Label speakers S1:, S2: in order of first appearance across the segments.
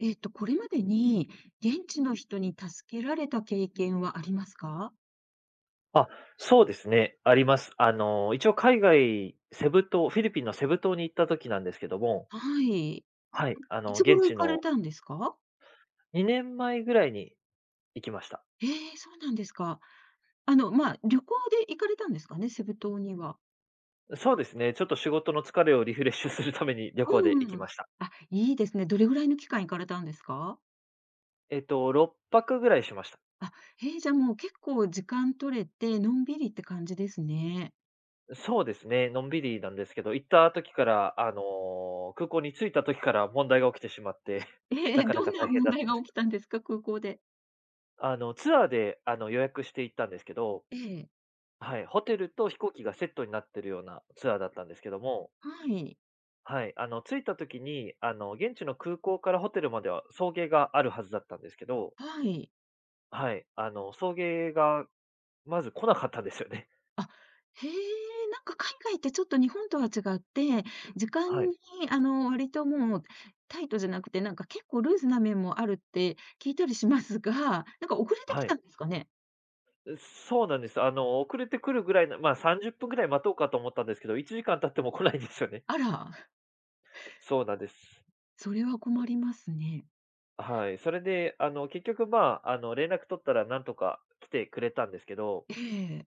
S1: これまでに現地の人に助けられた経験はありますか？
S2: あ、そうですね、あります。一応海外、セブ島フィリピンのセブ島に行った時なんですけども、
S1: はい。
S2: はい、あ
S1: い
S2: の、
S1: つ
S2: 現
S1: 頃行
S2: 地
S1: かれ
S2: の
S1: たんですか？
S2: 2年前ぐらいに行きました。
S1: ええ、そうなんですか。あの、まあ、旅行で行かれたんですかね、セブ島には。
S2: そうですね、ちょっと仕事の疲れをリフレッシュするために旅行で
S1: う
S2: 行
S1: ん
S2: き
S1: うん。
S2: ました。
S1: あ、いいですね。どれぐらいの期間行かれたんですか？
S2: 6泊ぐらいしました。
S1: あ、ええ、じゃあ、もう結構時間取れて、のんびりって感じですね。
S2: そうですね、のんびりなんですけど、行った時から、空港に着いた時から問題が起きてしまって、
S1: え
S2: な
S1: え、
S2: かな
S1: ど
S2: か
S1: ん
S2: 大
S1: な
S2: 変
S1: 問
S2: だった
S1: 題
S2: んで
S1: が
S2: す
S1: 起
S2: け
S1: き
S2: ど。
S1: たんですか？空港で。
S2: ツアーで、予約して行ったんですけど、
S1: ええ。
S2: はい、ホテルと飛行機がセットになってるようなツアーだったんですけども、
S1: はい。
S2: はい、着いた時に、現地の空港からホテルまでは送迎があるはずだったんですけど、
S1: はい。
S2: はい、あの、送迎がまず来なかったんですよね。
S1: あ、へえ、なんか海外ってちょっと日本とは違って、時 間
S2: はい、
S1: にあの、割ともうタイトじゃなくて、なんか結構ルーズな面もあるって聞いたりしますが、なんか遅れてき
S2: は
S1: た
S2: い。
S1: んですかね？
S2: そうなんです。あの、遅れてくるぐらいの、まあ、30分ぐらい待とうかと思ったんですけど、1時間経っても来ないんですよね。
S1: あら、
S2: そうなんです。
S1: それは困りますね。
S2: はい。それで、結局、まあ、連絡取ったらなんとか来てくれたんですけど、
S1: ええ、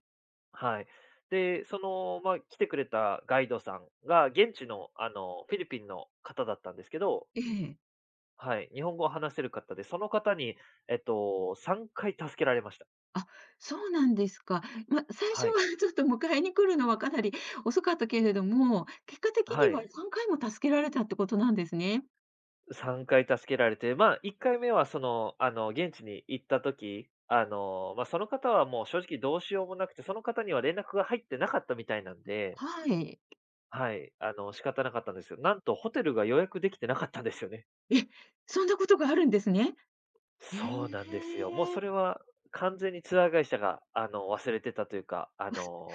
S2: はい。で、その、まあ、来てくれたガイドさんが、現地の、フィリピンの方だったんですけど、
S1: ええ。
S2: はい、日本語を話せる方で、その方に、3回助けられました。
S1: あ、そうなんですか。ま、最
S2: は
S1: 初は
S2: い。
S1: ちょっと迎えに来るのはかなり遅かったけれども、結果的
S2: は
S1: には
S2: い。
S1: 3回も助けられたってことなんですね。
S2: 3回助けられて、まあ、1回目はその、現地に行った時、その方はもう正直どうしようもなくて、その方には連絡が入ってなかったみたいなんで、
S1: はい。
S2: はい、仕方なかったんですよ。なんとホテルが予約できてなかったんですよね。
S1: え、そんなことがあるんですね。へ
S2: そうなんですよ。もうそ
S1: え。
S2: れは完全にツアー会社が、忘れてたというか、
S1: わす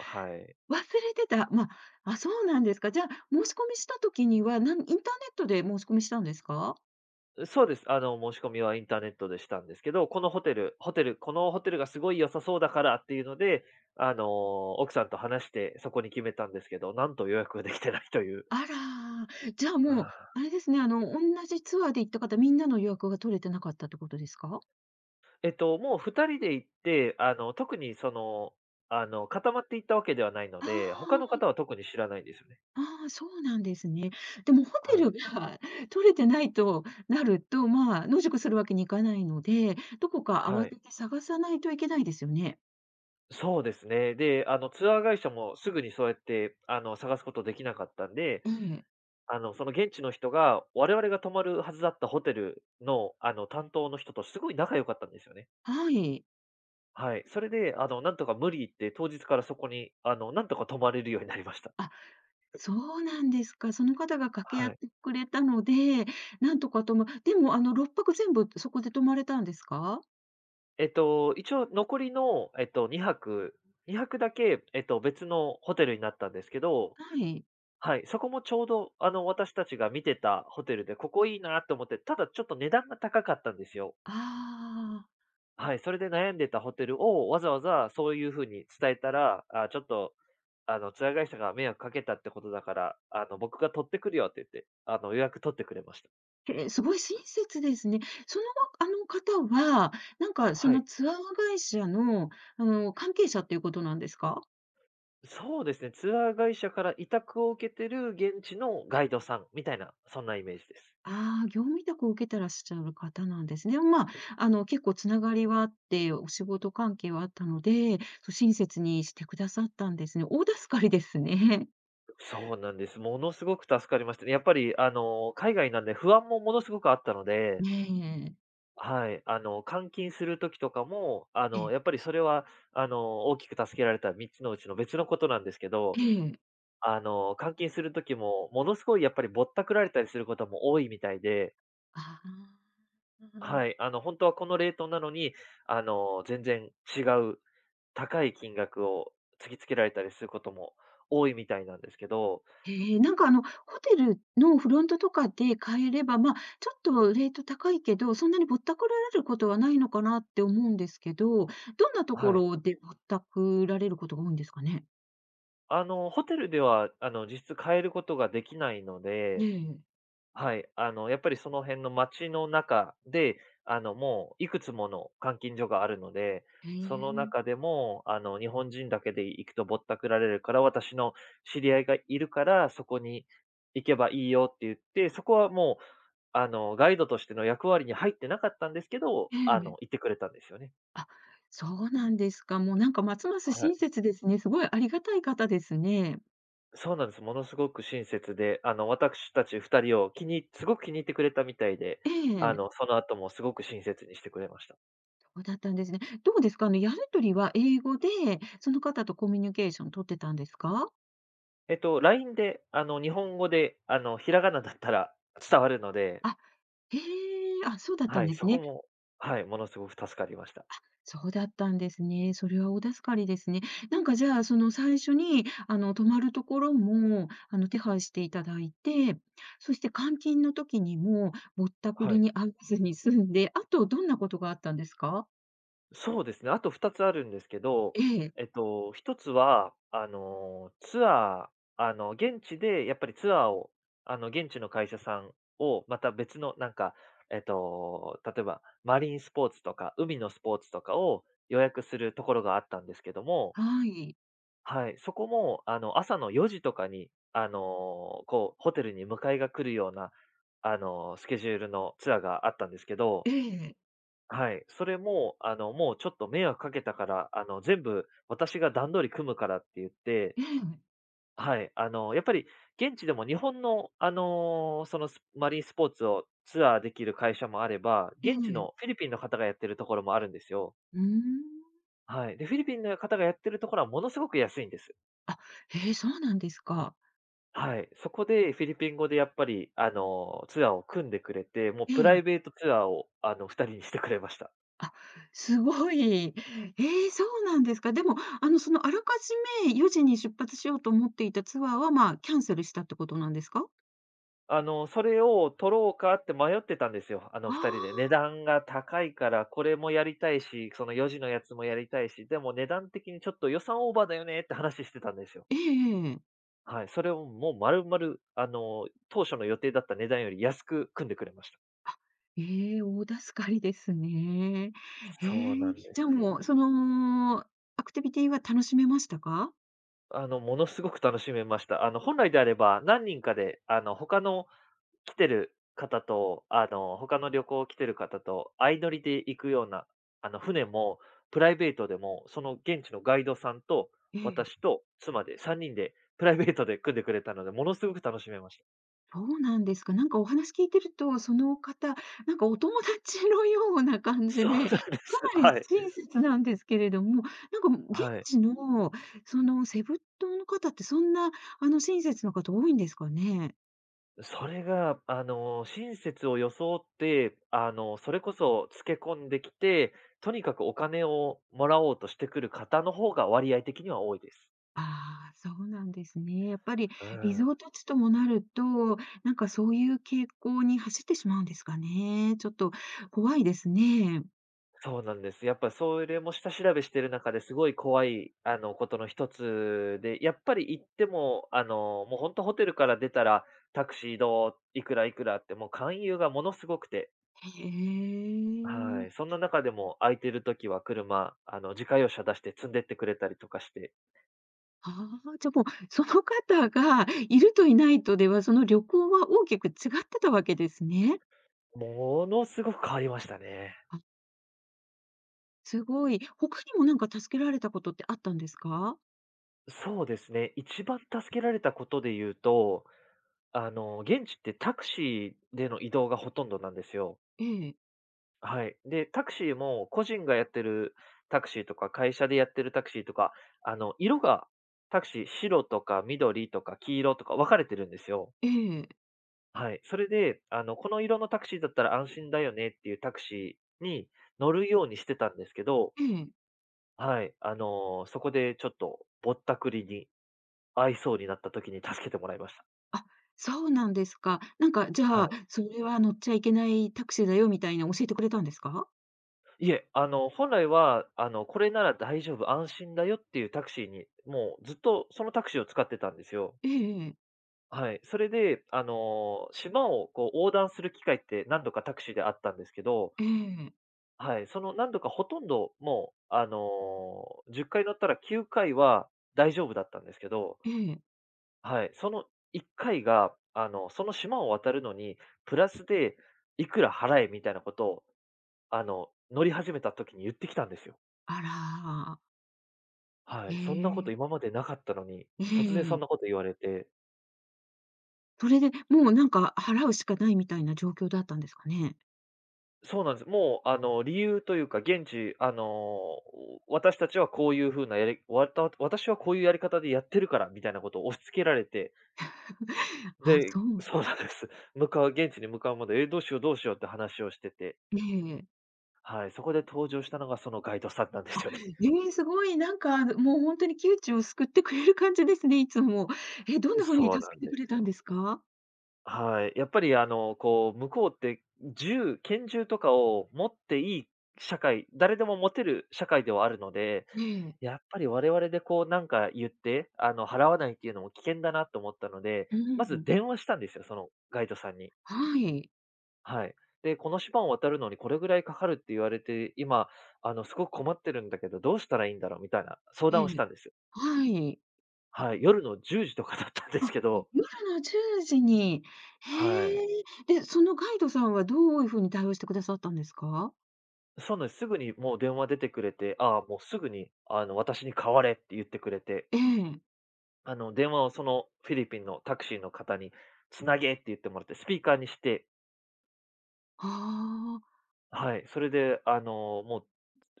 S2: はい。
S1: 忘れてた。まあ、あ、そうなんですか。じゃあ、申し込みした時には、インターネットで申し込みしたんですか？
S2: そうです。申し込みはインターネットでしたんですけど、このホテルホテルこのホテルがすごい良さそうだからっていうので、奥さんと話してそこに決めたんですけど、なんと予約ができてないという。
S1: あら、じゃあ、
S2: あ
S1: もう、
S2: ー、
S1: あれですね、あの、同じツアーで行った方、みんなの予約が取れてなかったってことですか？
S2: もう2人で行って、あの、特にその、あの、固まっていったわけではないの
S1: あ
S2: で、他の方
S1: あ、
S2: は特に知らないんですよね。
S1: ああ、そうなんですね。でもホテ
S2: は
S1: ル
S2: い。
S1: が 取れてないとなると、まあ、野宿するわけにいかないので、どこか
S2: は
S1: 慌て
S2: い。
S1: て探さないといけないですよね。
S2: そうですね。で、ツアー会社もすぐにそうやって、探すことできなかったんで、
S1: ええ、
S2: その現地の人が、我々が泊まるはずだったホテルの、担当の人とすごい仲良かったんですよね。
S1: はい。
S2: はい。それで、なんとか無理言って当日からそこに、なんとか泊まれるようになりました。
S1: あ、そうなんですか。その方が掛け合っ
S2: はい。
S1: てくれたので、なんとかともでも、あの、6泊全部そこで泊まれたんですか？
S2: 一応残りの、2泊だけ、別のホテルになったんですけど、
S1: はい。
S2: はい、そこもちょうど、私たちが見てたホテルで、ここいいなと思って、ただちょっと値段が高かったんですよ。
S1: ああ、
S2: はい、それで悩んでたホテルをわざわざそういう風に伝えたら、あ、ちょっと、ツアー会社が迷惑かけたってことだから、僕が取ってくるよって言って、予約取ってくれました。
S1: えーすごい親切ですね。その、あの方は、なんか、そ
S2: は
S1: の
S2: い。
S1: ツアー会社の、あの、関係者っていうことなんですか？
S2: そうですね、ツアー会社から委託を受けてる現地のガイドさんみたいな、そんなイメージです。
S1: ああー、業務委託を受けてらっしゃる方なんですね。でも、まあ、あの、結構つながりはあって、お仕事関係はあったので、そう、親切にしてくださったんですね。大助かりですね。
S2: そうなんです。ものすごく助かりましたね。やっぱり、海外なんで不安もものすごくあったの で、
S1: ねえ。
S2: はい、換金する時とかも、
S1: ええ、
S2: やっぱりそれは、大きく助けられた3つのうちの別のことなんですけど、
S1: ええ。
S2: 換金する時も、ものすごいやっぱりぼったくられたりすることも多いみたいで、
S1: ああ。
S2: はい、本当はこのレートなのに、全然違う高い金額を突きつけられたりすることも多いみたいなんですけど、
S1: へえ、なんかあの、ホテルのフロントとかで買えれば、まあ、ちょっとレート高いけど、そんなにぼったくられることはないのかなって思うんですけど、どんなとこ
S2: はい。
S1: ろでぼったくられることが多いんですかね？
S2: ホテルでは、実質変えることができないの
S1: え
S2: で、
S1: え。
S2: はい、やっぱりその辺の街の中で、もういくつもの監禁所があるので、
S1: へ
S2: その
S1: え。
S2: 中でも、日本人だけで行くとぼったくられるから、私の知り合いがいるから、そこに行けばいいよって言って、そこはもう、ガイドとしての役割に入ってなかったんですけど、
S1: え
S2: 行っ
S1: え。
S2: てくれたんですよね。
S1: あ、そうなんですか。もうなんかますます
S2: はい。
S1: 親切ですね。すごいありがたい方ですね。
S2: そうなんです。ものすごく親切で、私たち2人をすごく気に入ってくれたみたいで、
S1: ええ、
S2: その後もすごく親切にしてくれました。
S1: そうだったんですね。どうですか？あの、やりとりは英語で、その方とコミュニケーション取ってたんですか？
S2: LINE で、日本語で、ひらがなだったら伝わるので、
S1: あへえ、あ、そうだったん
S2: はい、
S1: です
S2: そこ
S1: ね。
S2: も、はい、ものすごく助かりました。
S1: そうだったんですね。それは大助かりですね。なんかじゃあ、その最初に、あの、泊まるところも、あの、手配していただいて、そして監禁の時にもぼったく
S2: は
S1: り
S2: い。
S1: に遭わずに済んで、あとどんなことがあったんですか？
S2: そうですね、あと2つあるんですけど、
S1: ええ、
S2: 1つは、あの、ツアーあの、現地でやっぱりツアーを、現地の会社さんを、また別のなんか、例えばマリンスポーツとか、海のスポーツとかを予約するところがあったんですけども、
S1: はい。
S2: はい、そこも、朝の4時とかに、ホテルに迎えが来るような、スケジュールのツアーがあったんですけど、
S1: ええ、
S2: はい、それも、もうちょっと迷惑かけたから、全部私が段取り組むからって言って、
S1: ええ、
S2: はい、やっぱり現地でも日本の、そのマリンスポーツをツアーできる会社もあれば、
S1: え
S2: 現地
S1: え。
S2: のフィリピンの方がやってるところもあるんですよ。
S1: うーん。
S2: はい。で、フィリピンの方がやってるところはものすごく安いんです。
S1: あ、へえ、そうなんですか。
S2: はい、そこでフィリピン語でやっぱり、ツアーを組んでくれて、もう
S1: え
S2: プライ
S1: え。
S2: ベートツアーを、2人にしてくれました。
S1: あ、すごい。えーそうなんですか。でも、あの、その、あらかじめ4時に出発しようと思っていたツアーは、まあ、キャンセルしたってことなんですか？
S2: それを取ろうかって迷ってたんですよ、あの、
S1: あ
S2: 2人で。値
S1: あ。
S2: 段が高いから、これもやりたいし、その4時のやつもやりたいし、でも値段的にちょっと予算オーバーだよねって話してたんですよ。
S1: ええええええ。
S2: はい、それをもう丸々、当初の予定だった値段より安く組んでくれました。
S1: あ、ええ、大助かりですね。ええ、
S2: そうなんで
S1: じ
S2: す
S1: ゃあもう、
S2: よ。
S1: その、アクティビティは楽しめましたか？
S2: ものすごく楽しめました。あの、本来であれば、何人かで、他の旅行来てる方と相乗りで行くような、船もプライベートでも、その現地のガイドさんと
S1: ええ。
S2: 私と妻で3人でプライベートで組んでくれたので、ものすごく楽しめました。
S1: そうなんですか。なんかお話聞いてると、その方、なんかお友達のような感じで、
S2: そう
S1: か
S2: な
S1: な
S2: んです。
S1: り
S2: はい。
S1: 親切なんですけれども、なんか現
S2: はい。
S1: 地の、そのセブ島の方ってそんな、あの、親切な方多いんですかね？
S2: それが、親切を装って、それこそつけ込んできて、とにかくお金をもらおうとしてくる方の方が割合的には多いです。
S1: ああ、そうなんですね。やっぱり
S2: う
S1: リ
S2: ん。
S1: ゾート地ともなると、なんかそういう傾向に走ってしまうんですかね。ちょっと怖いですね。
S2: そうなんです。やっぱそれも下調べしてる中ですごい怖い、ことの一つで、やっぱり行っても、もう本当ホテルから出たら、タクシーどう、いくらいくらって、もう勧誘がものすごくて、
S1: へ
S2: は
S1: え。
S2: い。そんな中でも空いてる時は車、自家用車出して積んでってくれたりとかして、
S1: ああ、じゃ、もう、その方がいるといないとでは、その旅行は大きく違ってたわけですね。
S2: ものすごく変わりましたね。
S1: あ、すごい。他にもなんか助けられたことってあったんですか？
S2: そうですね。一番助けられたことで言うと、現地ってタクシーでの移動がほとんどなんですよ。
S1: ええ、
S2: はい。で、タクシーも個人がやってるタクシーとか、会社でやってるタクシーとか、色がタクシー、白とか緑とか黄色とか分かれてるんですよ。
S1: ええ、
S2: はい。それで、この色のタクシーだったら安心だよねっていうタクシーに乗るようにしてたんですけど、
S1: ええ。
S2: はい。そこでちょっとぼったくりに合いそうになった時に助けてもらいました。
S1: あ、そうなんですか。なんか、じ
S2: は
S1: ゃあ、
S2: い。
S1: それは乗っちゃいけないタクシーだよみたいな教えてくれたんですか？
S2: いえ、本来は、これなら大丈夫、安心だよっていうタクシーに、もうずっとそのタクシーを使ってたんですよ。
S1: ええええ、
S2: はい。それで、島をこう横断する機会って何度かタクシーであったんですけど、
S1: ええ、
S2: はい、その何度かほとんどもう、10回乗ったら9回は大丈夫だったんですけど、
S1: ええ。
S2: はい、その1回が、その島を渡るのに、プラスでいくら払えみたいなことを、乗り始めた時に言ってきたんですよ。
S1: あら、
S2: は
S1: え
S2: い。そんなこと
S1: え、
S2: 今までなかったのに、
S1: え
S2: 突然そん
S1: え。
S2: なこと言われて
S1: それで、もうなんか払うしかないみたいな状況だったんですかね？
S2: そうなんです。もう、理由というか、現地、私たちはこういう風なやりわた私はこういうやり方でやってるからみたいなことを押し付けられて、
S1: あ、
S2: で
S1: そ う。
S2: そうなんです。向かう現地に向かうまで、え、どうしようって話をしてて、
S1: ええ。
S2: はい、そこで登場したのがそのガイドさんなんですよね。
S1: ええ、すごいなんか、もうほんとに窮地を救ってくれる感じですね、いつも。え、どん な風に
S2: そう
S1: 助
S2: な
S1: け
S2: ん
S1: て
S2: で
S1: くれ
S2: す
S1: たんで
S2: よ。
S1: すか？
S2: はい。やっぱりこう、向こうって拳銃とかを持っていい社会、誰でも持てる社会ではあるので、
S1: ええ。
S2: やっぱり我々でこうなんか言って、払わないっていうのも危険だなと思ったので、
S1: う
S2: まず
S1: ん。
S2: 電話したんですよ、そのガイドさんに。
S1: はい。
S2: はい。で、この島を渡るのにこれぐらいかかるって言われて、今、すごく困ってるんだけど、どうしたらいいんだろうみたいな相談
S1: え
S2: をし
S1: え。
S2: たんですよ。
S1: はい。
S2: はい。夜の10時とかだったんで
S1: あ、
S2: すけど、
S1: 夜の10時に。
S2: は
S1: へ
S2: い。
S1: え。で、そのガイドさんはどういう風に対応してくださったんですか？
S2: そうなんです。すぐにもう電話出てくれて、ああ、もうすぐに、私に代われって言ってくれて、
S1: ええ。
S2: 電話をそのフィリピンのタクシーの方につなげって言ってもらって、スピーカーにして、
S1: ああ。
S2: はい、それで、も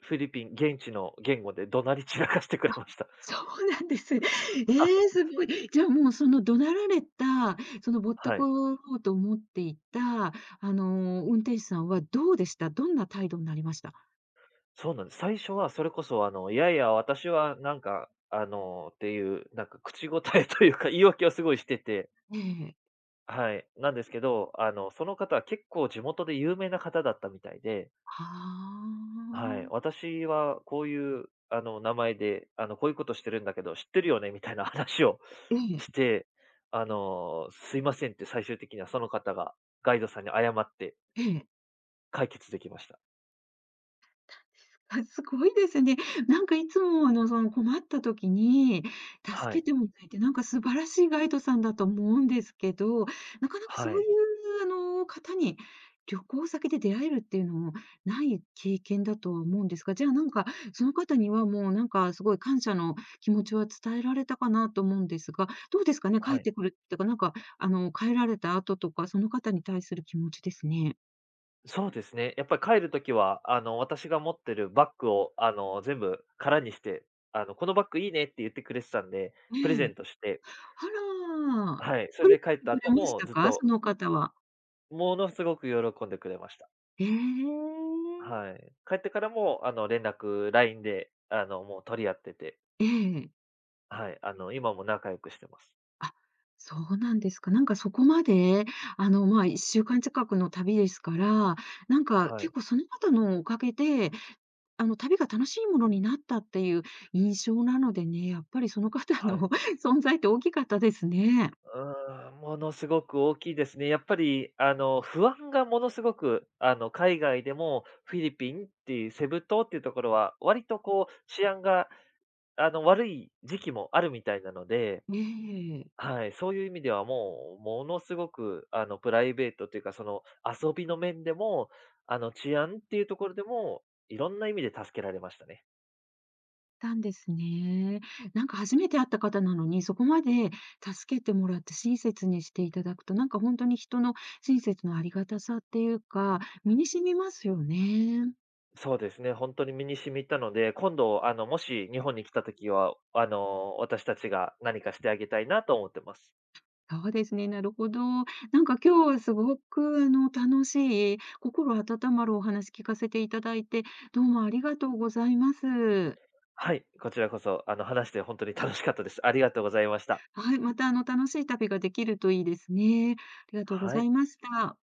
S2: うフィリピン現地の言語で怒鳴り散らかしてくれ
S1: あ、
S2: ました。
S1: そうなんですね。ええ、すごい。じゃあ、もう、その怒鳴られた、そのぼった
S2: は
S1: く
S2: い。
S1: ろうと思っていた、あの、運転手さんはどうでした？どんな態度になりました？
S2: そうなんです。最初はそれこそ、いやいや、私はなんか、っていう、なんか口答えというか、言い訳をすごいしてて、
S1: ええ。
S2: はい、なんですけど、その方は結構地元で有名な方だったみたいで、
S1: は
S2: はい。
S1: あ。
S2: 私はこういう、名前で、こういうことしてるんだけど、知ってるよねみたいな話を
S1: え え、
S2: して、すいませんって最終的にはその方がガイドさんに謝って
S1: ええ。
S2: 解決できました。
S1: あ、すごいですね。なんかいつも、あの、その、困った時に
S2: は
S1: 助
S2: い。
S1: けてもらえて、なんか素晴らしいガイドさんだと思うんですけど、なかなか
S2: は
S1: そうい
S2: い。
S1: う、あの、方に旅行先で出会えるっていうのもない経験だとは思うんですが、じゃあ、なんか、その方にはもう、なんか、すごい感謝の気持ちは伝えられたかなと思うんですが、どうですかね？帰
S2: は
S1: っ
S2: い。
S1: てくるっていうか、なんか、あの、帰られた後とか、その方に対する気持ちですね。
S2: そうですね。やっぱり帰るときは、私が持ってるバッグを、全部空にして、このバッグいいねって言ってくれてたんで、プレゼ
S1: ええ。
S2: ントして、
S1: あら。
S2: はい。そ
S1: 取
S2: れで帰っ
S1: りに来て
S2: た
S1: く
S2: 後
S1: れまし
S2: も
S1: た
S2: ずっ
S1: か？
S2: と、
S1: その方は。
S2: ものすごく喜んでくれました。
S1: ええ。
S2: はい。帰ってからも、連絡、LINE で、もう取り合ってて、
S1: ええ。
S2: はい。今も仲良くしてます。
S1: あ、そうなんですか。なんかそこまで、あの、まあ、1週間近くの旅ですから、なんか
S2: は
S1: 結
S2: い。
S1: 構その方のおかげで、あの、旅が楽しいものになったっていう印象なのでね、やっぱりその方
S2: は
S1: の
S2: い。
S1: 存在って大きかったですね。
S2: うーん、ものすごく大きいですね。やっぱり、不安がものすごく、海外でもフィリピンっていう、セブ島っていうところは、割とこう、治安が、悪い時期もあるみたいなので、
S1: ええ。
S2: はい、そういう意味ではもう、ものすごく、プライベートというか、その、遊びの面でも、治安っていうところでも、いろんな意味で助けられましたね。
S1: たんですね。なんか初めて会った方なのに、そこまで助けてもらって親切にしていただくと、なんか本当に人の親切のありがたさっていうか、身に染みますよね。
S2: そうですね、本当に身に染みたので、今度、もし日本に来た時は、私たちが何かしてあげたいなと思ってます。
S1: そうですね、なるほど。なんか今日はすごくあの、楽しい、心温まるお話聞かせていただいて、どうもありがとうございます。
S2: はい、こちらこそ、話して本当に楽しかったです。ありがとうございました。
S1: はい、またあの、楽しい旅ができるといいですね。ありがとうご
S2: は
S1: ざ
S2: い。
S1: いました。